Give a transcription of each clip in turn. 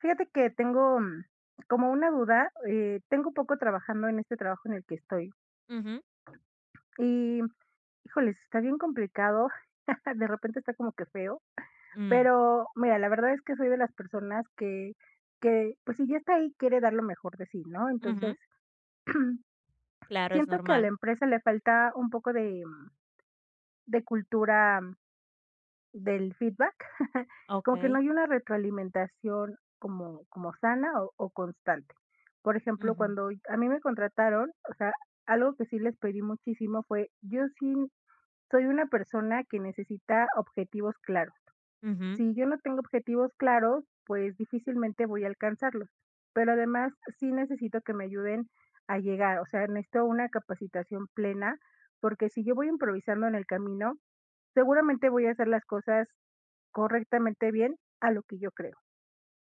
Fíjate que tengo, como una duda, tengo poco trabajando en este trabajo en el que estoy Ujú, y, híjoles, está bien complicado, de repente está como que feo, mm, pero mira, la verdad es que soy de las personas que, pues, si ya está ahí, quiere dar lo mejor de sí, ¿no? ujú, Entonces, claro, es siento que a la normal. empresa le falta un poco de cultura del feedback, como que no Okey, hay una retroalimentación como sana o constante. Por ejemplo, ujú, cuando a mí me contrataron, o sea, algo que sí les pedí muchísimo fue, yo sí soy una persona que necesita objetivos claros. ujú, Si yo no tengo objetivos claros, pues difícilmente voy a alcanzarlos, pero además sí necesito que me ayuden a llegar, o sea, necesito una capacitación plena, porque si yo voy improvisando en el camino, seguramente voy a hacer las cosas correctamente bien a lo que yo creo,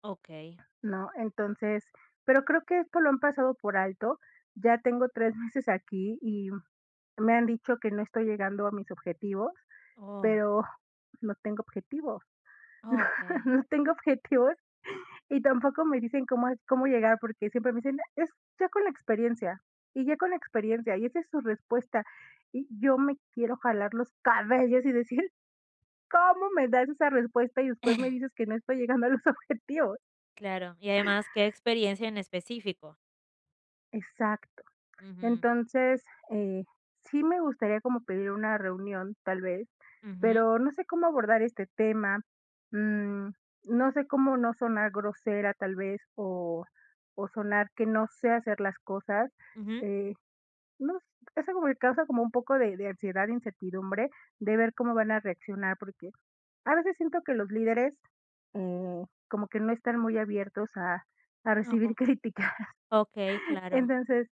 okey. ¿no? Entonces, pero creo que esto lo han pasado por alto. Ya tengo 3 meses aquí y me han dicho que no estoy llegando a mis objetivos, Oh, pero no tengo objetivos. okey. No tengo objetivos y tampoco me dicen cómo llegar, porque siempre me dicen: "Es ya con la experiencia, y ya con la experiencia", y esa es su respuesta. Y yo me quiero jalar los cabellos y decir: "¿Cómo me das esa respuesta? Y después me dices que no estoy llegando a los objetivos". Claro, y además, ¿qué experiencia en específico? Exacto. Ujú, Entonces, eh, sí me gustaría como pedir una reunión, tal vez, ujú, pero no sé cómo abordar este tema. mm, no sé cómo no sonar grosera, tal vez, o sonar que no sé hacer las cosas. ujú. eh, no, s- eso como que causa como un poco de ansiedad, de incertidumbre, de ver cómo van a reaccionar, porque a veces siento que los líderes eh, como que no están muy abiertos a recibir Oh, críticas. okey, claro. Entonces,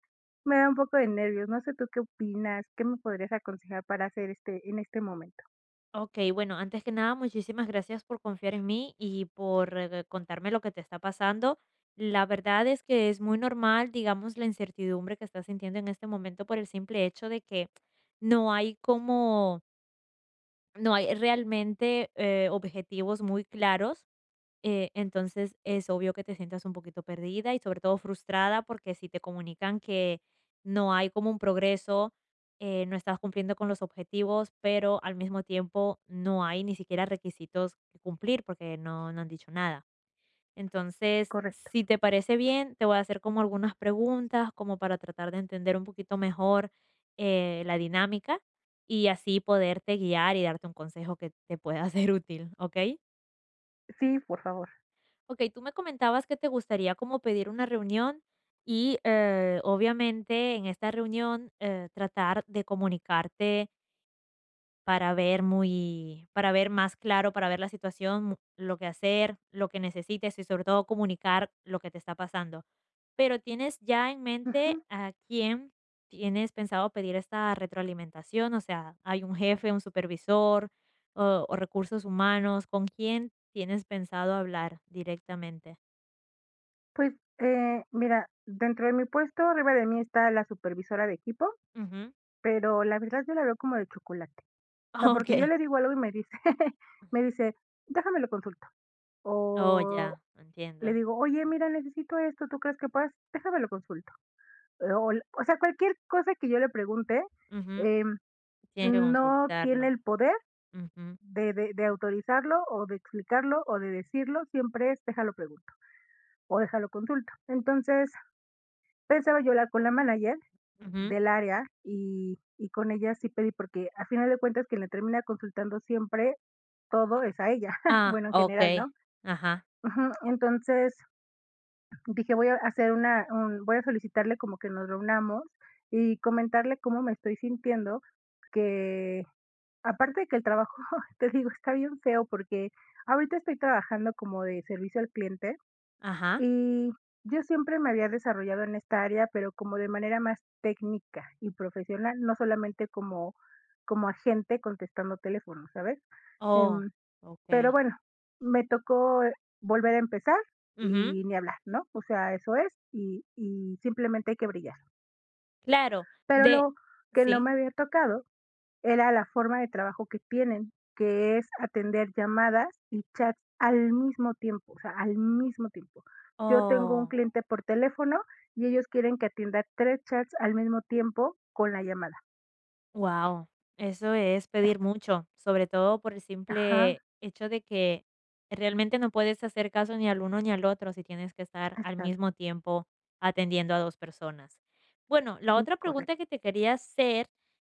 me da un poco de nervios. No sé tú qué opinas, ¿qué me podrías aconsejar para hacer este en este momento? Okey, bueno, antes que nada, muchísimas gracias por confiar en mí y por, contarme lo que te está pasando. La verdad es que es muy normal, digamos, la incertidumbre que estás sintiendo en este momento por el simple hecho de que no hay como No hay realmente, objetivos muy claros, entonces es obvio que te sientas un poquito perdida y sobre todo frustrada porque si te comunican que no hay como un progreso, no estás cumpliendo con los objetivos, pero al mismo tiempo no hay ni siquiera requisitos que cumplir porque no han dicho nada. Entonces, Correcto. si te parece bien, te voy a hacer como algunas preguntas, como para tratar de entender un poquito mejor la dinámica y así poderte guiar y darte un consejo que te pueda ser útil, ¿ok? Sí, por favor. Ok, tú me comentabas que te gustaría como pedir una reunión y obviamente en esta reunión tratar de comunicarte para ver más claro, para ver la situación, lo que hacer, lo que necesites y sobre todo comunicar lo que te está pasando. Pero, ¿tienes ya en mente Ujú. a quién tienes pensado pedir esta retroalimentación? O sea, ¿hay un jefe, un supervisor, o recursos humanos? ¿Con quién tienes pensado hablar directamente? Pues, mira, dentro de mi puesto, arriba de mí está la supervisora de equipo, Ujú. pero la verdad yo la veo como de chocolate. O sea, porque yo Okey. le digo algo y me dice, me dice, déjame lo consulto. Oh, O ya, le entiendo. digo, oye, mira, necesito esto, ¿tú crees que puedas? Déjame lo consulto. O sea, cualquier cosa que yo le pregunte, Ujú. em, Tienes que no tiene consultarlo. el poder Ujú, de autorizarlo, o de explicarlo, o de decirlo, siempre es déjalo pregunto, o déjalo consulto. Entonces, pensaba yo hablar con la manager ujú. del área y con ella sí pedí, porque a final de cuentas quien le termina consultando siempre todo es a ella, Ah, bueno, en general, okey. ¿no? Ajá, Ujú, entonces dije: "Voy a hacer una un voy a solicitarle como que nos reunamos y comentarle cómo me estoy sintiendo, que aparte de que el trabajo, te digo, está bien feo porque ahorita estoy trabajando como de servicio al cliente ajá. y yo siempre me había desarrollado en esta área, pero como de manera más técnica y profesional, no solamente como, como agente contestando teléfonos, ¿sabes? Oh, Em, pero okey. bueno, me tocó volver a empezar Ujú. y ni hablar, ¿no? O sea, eso es y simplemente hay que brillar. Claro, Pero de lo que no sí. me había tocado era la forma de trabajo que tienen, que es atender llamadas y chats al mismo tiempo, o sea, al mismo tiempo. Yo tengo un Oh. cliente por teléfono y ellos quieren que atienda 3 chats al mismo tiempo con la llamada. Wow, eso es pedir mucho, sobre todo por el simple Ajá, hecho de que realmente no puedes hacer caso ni al uno ni al otro si tienes que estar al exacto, mismo tiempo atendiendo a 2 personas. Bueno, la sí, otra pregunta correcto. que te quería hacer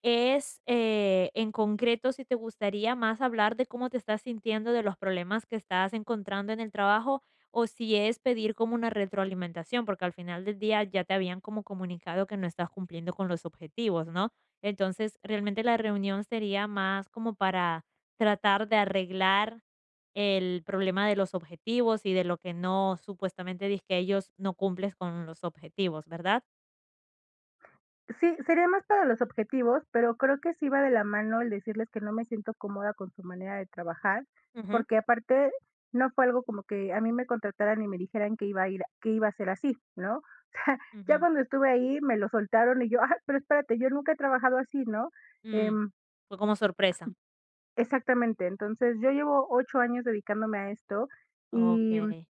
es, en concreto, si te gustaría más hablar de cómo te estás sintiendo, de los problemas que estás encontrando en el trabajo, o si es pedir como una retroalimentación, porque al final del día ya te habían como comunicado que no estás cumpliendo con los objetivos, ¿no? Entonces, realmente la reunión sería más como para tratar de arreglar el problema de los objetivos y de lo que no, supuestamente, dice que ellos no cumples con los objetivos, ¿verdad? Sí, sería más para los objetivos, pero creo que sí va de la mano el decirles que no me siento cómoda con su manera de trabajar, Ujú. porque aparte no fue algo como que a mí me contrataran y me dijeran que iba a ir, que iba a ser así, ¿no? O sea, ya Ujú. cuando estuve ahí me lo soltaron y yo, ah, pero espérate, yo nunca he trabajado así, ¿no? Mm. Em, Fue como sorpresa. exactamente, entonces yo llevo 8 años dedicándome a esto Okey.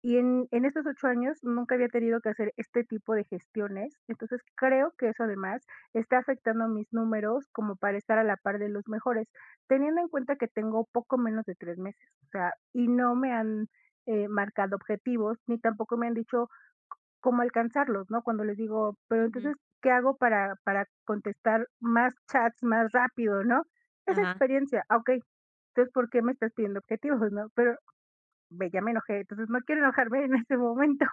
y en estos 8 años nunca había tenido que hacer este tipo de gestiones, entonces creo que eso además está afectando mis números como para estar a la par de los mejores, teniendo en cuenta que tengo poco menos de 3 meses, o sea, y no me han, marcado objetivos, ni tampoco me han dicho cómo alcanzarlos, ¿no? Cuando les digo: "Pero Ujú. entonces, ¿qué hago para contestar más chats más rápido?", ¿no? Esa Ajá. experiencia, ah, okey, entonces, ¿por qué me estás pidiendo objetivos, no? Pero me, ya me enojé, entonces no quiero enojarme en este momento.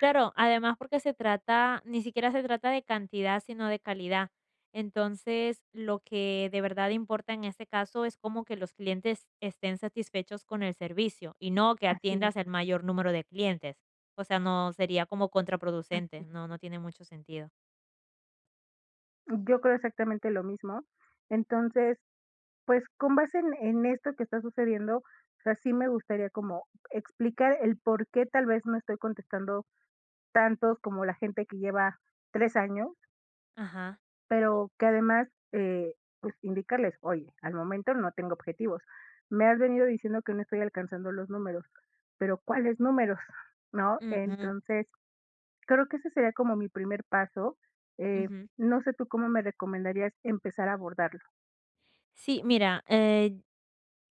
Claro, además porque se trata ni siquiera se trata de cantidad, sino de calidad. Entonces, lo que de verdad importa en este caso es como que los clientes estén satisfechos con el servicio y no que Así es, atiendas el mayor número de clientes. O sea, no sería como contraproducente, así es. no, no tiene mucho sentido. Yo creo exactamente lo mismo. Entonces, pues con base en esto que está sucediendo, o sea, sí me gustaría como explicar el por qué tal vez no estoy contestando tantos como la gente que lleva 3 años, Ajá, pero que además, pues indicarles, oye, al momento no tengo objetivos. Me has venido diciendo que no estoy alcanzando los números, pero ¿cuáles números? ¿No? ujú, Entonces, creo que ese sería como mi primer paso, eh, ujú. no sé tú cómo me recomendarías empezar a abordarlo. Sí, mira,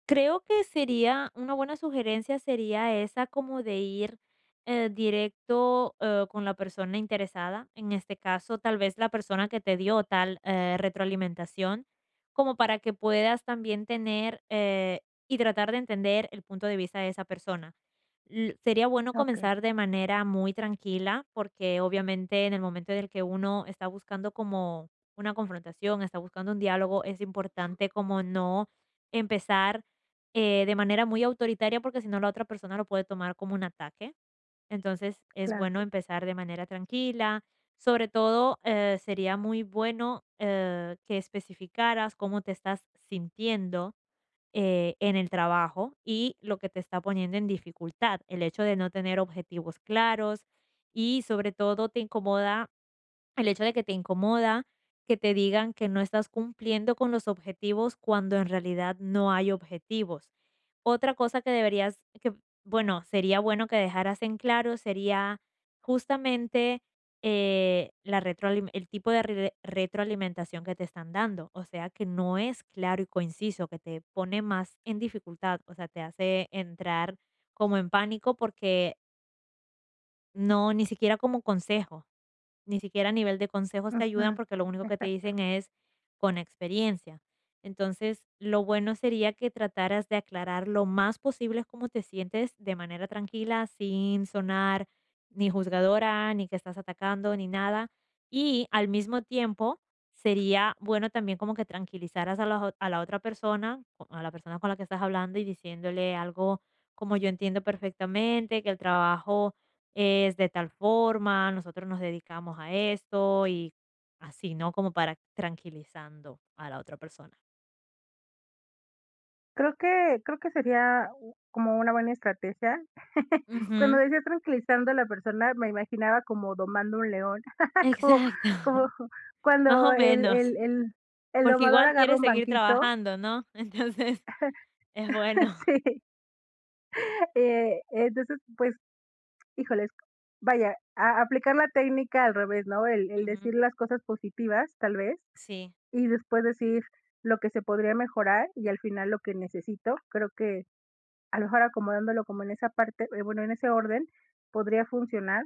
creo que sería una buena sugerencia sería esa como de ir, directo, con la persona interesada, en este caso, tal vez la persona que te dio tal, retroalimentación, como para que puedas también tener, y tratar de entender el punto de vista de esa persona. L Sería bueno Okey, comenzar de manera muy tranquila, porque obviamente en el momento en el que uno está buscando como una confrontación, está buscando un diálogo, es importante como no empezar de manera muy autoritaria, porque si no la otra persona lo puede tomar como un ataque. Entonces es bueno claro. empezar de manera tranquila. Sobre todo, sería muy bueno que especificaras cómo te estás sintiendo en el trabajo y lo que te está poniendo en dificultad, el hecho de no tener objetivos claros y sobre todo te incomoda el hecho de que te incomoda, que te digan que no estás cumpliendo con los objetivos cuando en realidad no hay objetivos. Otra cosa que deberías, que bueno, sería bueno que dejaras en claro sería justamente el tipo de retroalimentación que te están dando. O sea, que no es claro y conciso, que te pone más en dificultad, o sea, te hace entrar como en pánico porque no, ni siquiera como consejo. Ni siquiera a nivel de consejos te ayudan Ujú, porque lo único que te exacto. dicen es con experiencia. Entonces, lo bueno sería que trataras de aclarar lo más posible cómo te sientes de manera tranquila, sin sonar ni juzgadora, ni que estás atacando, ni nada. Y al mismo tiempo, sería bueno también como que tranquilizaras a la, a la otra persona, o a la persona con la que estás hablando y diciéndole algo como yo entiendo perfectamente, que el trabajo es de tal forma, nosotros nos dedicamos a esto y así, ¿no? Como para tranquilizando a la otra persona. Creo que sería u como una buena estrategia. Cuando Ujú, decía tranquilizando a la persona, me imaginaba como domando un león, como exacto, como más cuando o el menos, el el el porque domador igual agarra quiere un seguir banquito, trabajando, ¿no? Entonces, es bueno. sí, entonces, pues, híjoles, vaya, a aplicar la técnica al revés, ¿no? El Ujú, decir las cosas positivas, tal vez, sí, y después decir lo que se podría mejorar y al final lo que necesito. Creo que a lo mejor acomodándolo como en esa parte, bueno, en ese orden, podría funcionar.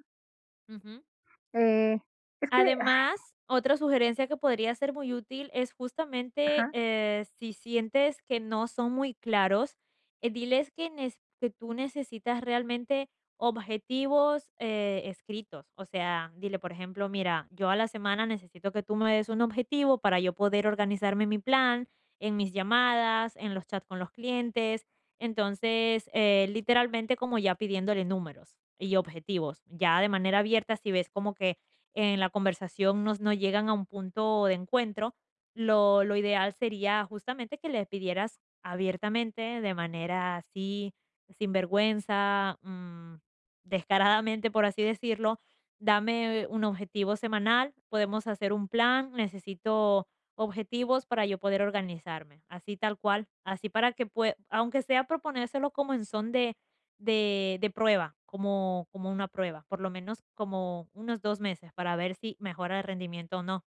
ujú. Eh, es que Además, otra sugerencia que podría ser muy útil es justamente, ajá, si sientes que no son muy claros, diles que tú necesitas realmente objetivos, escritos. O sea, dile, por ejemplo: "Mira, yo a la semana necesito que tú me des un objetivo para yo poder organizarme mi plan, en mis llamadas, en los chats con los clientes". Entonces, literalmente como ya pidiéndole números y objetivos. Ya de manera abierta, si ves como que en la conversación no llegan a un punto de encuentro, lo ideal sería justamente que le pidieras abiertamente, de manera así, sin vergüenza, descaradamente, por así decirlo: "Dame un objetivo semanal, podemos hacer un plan, necesito objetivos para yo poder organizarme", así tal cual, así para que pue aunque sea proponérselo como en son de prueba, como una prueba, por lo menos como unos 2 meses para ver si mejora el rendimiento o no.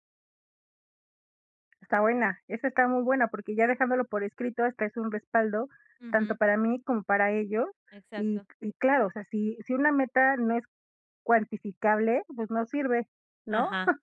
está buena, esa está muy buena, porque ya dejándolo por escrito, hasta es un respaldo tanto Ujú, para mí como para ellos. Y exacto. y claro, o sea, si si una meta no es cuantificable, pues no sirve, ¿no? Ajá,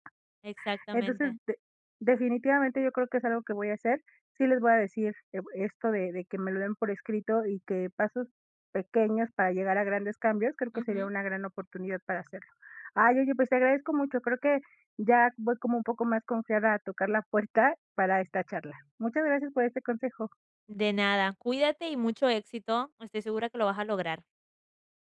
Entonces, exactamente. de definitivamente yo creo que es algo que voy a hacer. Sí les voy a decir, esto de que me lo den por escrito y que pasos pequeños para llegar a grandes cambios, creo que sería Ujú. una gran oportunidad para hacerlo. Ay, oye, pues te agradezco mucho. Creo que ya voy como un poco más confiada a tocar la puerta para esta charla. Muchas gracias por este consejo. De nada, cuídate y mucho éxito, estoy segura que lo vas a lograr.